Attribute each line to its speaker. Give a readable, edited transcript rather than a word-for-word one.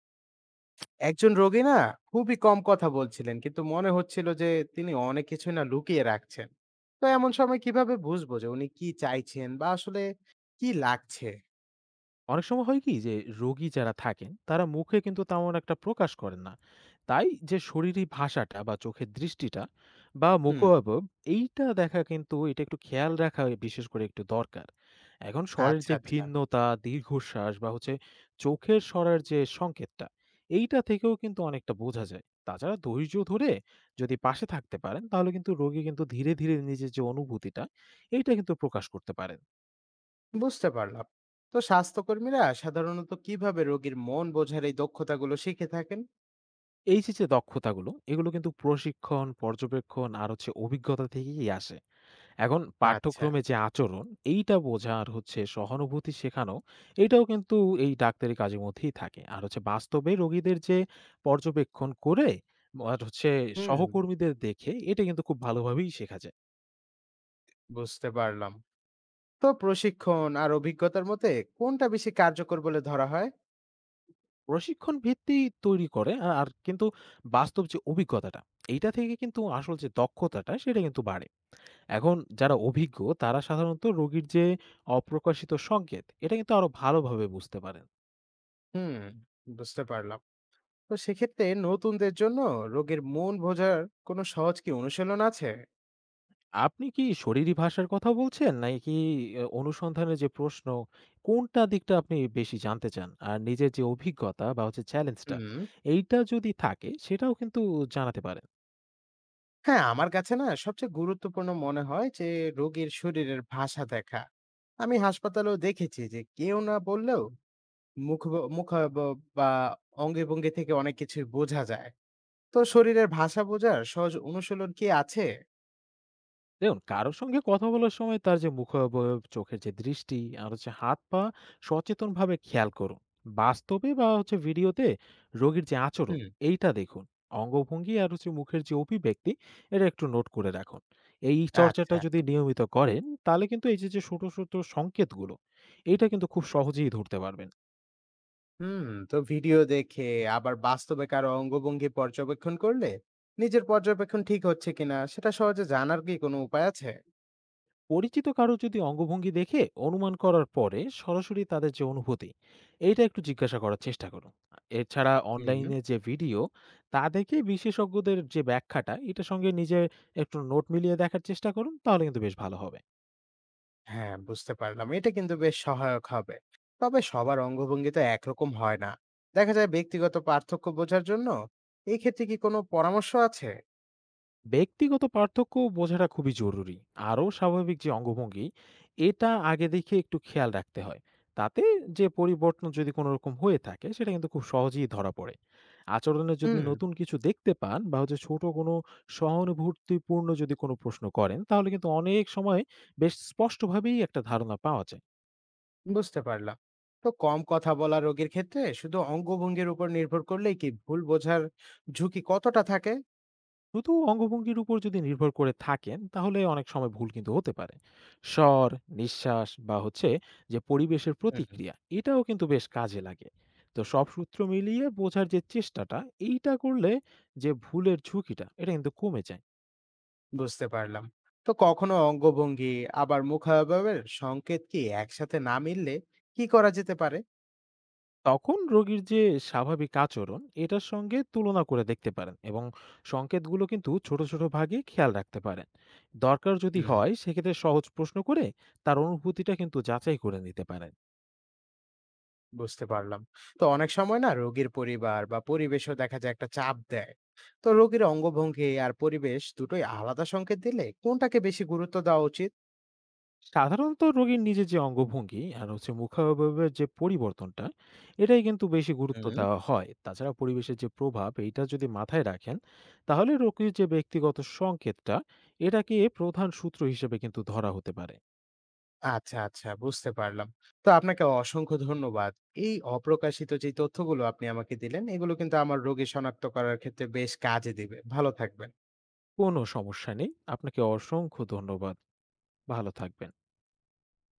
Speaker 1: একজন রোগী না খুবই কম কথা বলছিলেন, কিন্তু মনে হচ্ছিল যে তিনি অনেক কিছু না লুকিয়ে রাখছেন। তো এমন সময় কিভাবে বুঝবো যে উনি কি চাইছেন বা আসলে কি লাগছে?
Speaker 2: অনেক সময় হয় কি যে রোগী যারা থাকেন তারা মুখে কিন্তু তেমন একটা প্রকাশ করেন না। তাই যে শরীরী ভাষাটা বা চোখের দৃষ্টিটা বা
Speaker 1: হুম।
Speaker 2: মুখাবয়ব এইটা দেখা, কিন্তু এটা একটু খেয়াল রাখা বিশেষ করে একটু দরকার। এখন স্বরের
Speaker 1: আচ্ছা
Speaker 2: যে
Speaker 1: আচ্ছা।
Speaker 2: ভিন্নতা, দীর্ঘশ্বাস বা হচ্ছে চোখের স্বরের যে সংকেতটা, এইটা থেকেও কিন্তু অনেকটা বোঝা যায়। তাছাড়া ধৈর্য ধরে যদি পাশে থাকতে পারেন তাহলে কিন্তু রোগী কিন্তু ধীরে ধীরে নিজের যে অনুভূতিটা এইটা কিন্তু প্রকাশ করতে পারেন।
Speaker 1: বুঝতে পারলাম। তো স্বাস্থ্যকর্মীরা সাধারণত কিভাবে রোগীর মন বোঝার এই দক্ষতাগুলো শিখে থাকেন?
Speaker 2: এই যে, যে দক্ষতাগুলো এগুলো কিন্তু প্রশিক্ষণ, পর্যবেক্ষণ আর হচ্ছে অভিজ্ঞতা থেকেই আসে। এখন
Speaker 1: আচ্ছা।
Speaker 2: পাঠ্যক্রমে যে আচরণ এইটা বোঝা আর হচ্ছে সহানুভূতি শেখানো এটাও কিন্তু এই ডাক্তারি কাজের মধ্যেই থাকে। আর হচ্ছে বাস্তবে রোগীদের যে পর্যবেক্ষণ করে আর হচ্ছে
Speaker 1: হুম।
Speaker 2: সহকর্মীদের দেখে এটা কিন্তু খুব ভালোভাবেই শেখা যায়।
Speaker 1: বুঝতে পারলাম। তো প্রশিক্ষণ আর অভিজ্ঞতার মতে কোনটা বেশি কার্যকর বলে ধরা হয়?
Speaker 2: প্রশিক্ষণ ভিত্তি তৈরি করে আর কিন্তু বাস্তব যে অভিজ্ঞতাটা এইটা থেকে কিন্তু আসল যে দক্ষতাটা সেটা কিন্তু বাড়ে। এখন যারা অভিজ্ঞ তারা সাধারণত রোগীর যে অপ্রকাশিত সংকেত এটা কিন্তু আরো ভালোভাবে বুঝতে পারেন।
Speaker 1: হুম। বুঝতে পারলাম। তো সেক্ষেত্রে নতুনদের জন্য রোগের মূল বোঝার কোনো সহজ কি অনুশীলন আছে?
Speaker 2: আপনি কি শরীরী ভাষার কথা বলছেন, নাকি অনুসন্ধানের যে প্রশ্ন কোনটা দিকটা আপনি বেশি জানতে চান? আর নিজের যে অভিজ্ঞতা বা হচ্ছে চ্যালেঞ্জটা
Speaker 1: হুম।
Speaker 2: এইটা যদি থাকে সেটাও কিন্তু জানাতে পারেন।
Speaker 1: হ্যাঁ, আমার কাছে না সবচেয়ে গুরুত্বপূর্ণ মনে হয় যে রোগীর শরীরের ভাষা দেখা। আমি হাসপাতালেও দেখেছি যে কেউ না বললেও মুখ বা অঙ্গে ভঙ্গি থেকে অনেক কিছু বোঝা যায়। তো শরীরের ভাষা বোঝার সহজ অনুশীলন কি আছে?
Speaker 2: দেখুন, কারো সঙ্গে কথা বলার সময় তার যে মুখাবয়ব, চোখের যে দৃষ্টি আর হচ্ছে হাত-পা সচেতনভাবে খেয়াল করুন। বাস্তবে বা হচ্ছে ভিডিওতে রোগীর যে আচরণ
Speaker 1: হুম।
Speaker 2: এইটা দেখুন। অঙ্গভঙ্গি আর হচ্ছে মুখের যে অভিব্যক্তি এটা একটু নোট করে রাখুন। এই চর্চাটা
Speaker 1: আচ্ছা।
Speaker 2: যদি নিয়মিত করেন তাহলে কিন্তু এই যে, যে ছোট, ছোট সংকেতগুলো এটা কিন্তু খুব সহজেই ধরতে পারবেন।
Speaker 1: হুম। তো ভিডিও দেখে আবার বাস্তবে কারো অঙ্গভঙ্গি পর্যবেক্ষণ করলে নিজের পর্যবেক্ষণ ঠিক হচ্ছে কিনা সেটা সহজে জানার কি কোনো উপায় আছে?
Speaker 2: পরিচিত কারো যদি অঙ্গভঙ্গি দেখে অনুমান করার পরে সরাসরি তাদের যে অনুভূতি এইটা একটু জিজ্ঞাসা করার চেষ্টা করুন। এছাড়া
Speaker 1: হুম।
Speaker 2: অনলাইনে যে ভিডিও তা দেখে বিশেষজ্ঞদের যে ব্যাখ্যাটা এটার সঙ্গে নিজে একটু নোট মিলিয়ে দেখার চেষ্টা করুন, তাহলে কিন্তু বেশ ভালো হবে।
Speaker 1: হ্যাঁ, বুঝতে পারলাম, এটা কিন্তু বেশ সহায়ক হবে। তবে সবার অঙ্গভঙ্গি তো একরকম হয় না। দেখা যায় ব্যক্তিগত পার্থক্য বোঝার জন্য এই ক্ষেত্রে কি কোনো পরামর্শ আছে?
Speaker 2: ব্যক্তিগত পার্থক্য বোঝাটা খুবই জরুরি। আরও স্বাভাবিক যে অঙ্গভঙ্গি এটা আগে দেখে একটু খেয়াল রাখতে হয়। তাতে যে পরিবর্তন যদি কোনো রকম হয়ে থাকে সেটা কিন্তু খুব সহজেই ধরা পড়ে। আচরণে যদি
Speaker 1: হুম।
Speaker 2: নতুন কিছু দেখতে পান বা হচ্ছে ছোট কোনো সহানুভূতিপূর্ণ যদি কোনো প্রশ্ন করেন তাহলে কিন্তু অনেক সময় বেশ স্পষ্টভাবেই একটা ধারণা পাওয়া যায়।
Speaker 1: বুঝতে পারলাম। তো কম কথা বলা রোগীর ক্ষেত্রে শুধু অঙ্গভঙ্গির উপর নির্ভর করলেই কি ভুল বোঝার ঝুঁকি কতটা থাকে?
Speaker 2: শুধু অঙ্গভঙ্গির উপর যদি নির্ভর করে থাকেন তাহলে অনেক সময় ভুল কিন্তু হতে পারে। স্বর, নিঃশ্বাস বা হচ্ছে যে পরিবেশের
Speaker 1: হুম।
Speaker 2: প্রতিক্রিয়া এটাও কিন্তু বেশ কাজে লাগে। তো সব সূত্র মিলিয়ে বোঝার যে চেষ্টাটা এইটা করলে যে ভুলের ঝুঁকিটা এটা কিন্তু কমে যায়।
Speaker 1: বুঝতে পারলাম। তো কখনো অঙ্গভঙ্গি আবার মুখাভাবের সংকেত কি একসাথে না মিললে কি করা যেতে পারে?
Speaker 2: তখন রোগীর যে স্বাভাবিক আচরণ এটার সঙ্গে তুলনা করে দেখতে পারেন, এবং সংকেতগুলো কিন্তু ছোট ছোট ভাগে খেয়াল রাখতে পারেন। দরকার যদি
Speaker 1: হুম।
Speaker 2: হয় সেক্ষেত্রে সহজ প্রশ্ন করে তার অনুভূতিটা কিন্তু যাচাই করে নিতে পারেন।
Speaker 1: বুঝতে পারলাম। তো অনেক সময় না রোগীর পরিবার বা পরিবেশও দেখা যায় একটা চাপ দেয়। তো রোগীর অঙ্গভঙ্গি আর পরিবেশ দুটোই আলাদা সংকেত দিলে কোনটাকে বেশি গুরুত্ব দেওয়া উচিত?
Speaker 2: সাধারণত রোগীর নিজের যে অঙ্গভঙ্গি আর হচ্ছে মুখাবয়বের যে পরিবর্তনটা এটাই কিন্তু বেশি গুরুত্ব
Speaker 1: হুম।
Speaker 2: দেওয়া হয়। তাছাড়া পরিবেশের যে প্রভাব এইটা যদি মাথায় রাখেন তাহলে রোগীর যে ব্যক্তিগত সংকেতটা এটাকে প্রধান সূত্র হিসেবে কিন্তু ধরা হতে পারে।
Speaker 1: আচ্ছা আচ্ছা, বুঝতে পারলাম। তো আপনাকে অসংখ্য ধন্যবাদ। এই অপ্রকাশিত যে তথ্যগুলো আপনি আমাকে দিলেন এগুলো কিন্তু আমার রোগী শনাক্ত করার ক্ষেত্রে বেশ কাজে দিবে। ভালো থাকবেন।
Speaker 2: কোনো সমস্যা নেই, আপনাকে অসংখ্য ধন্যবাদ। ভালো থাকবেন।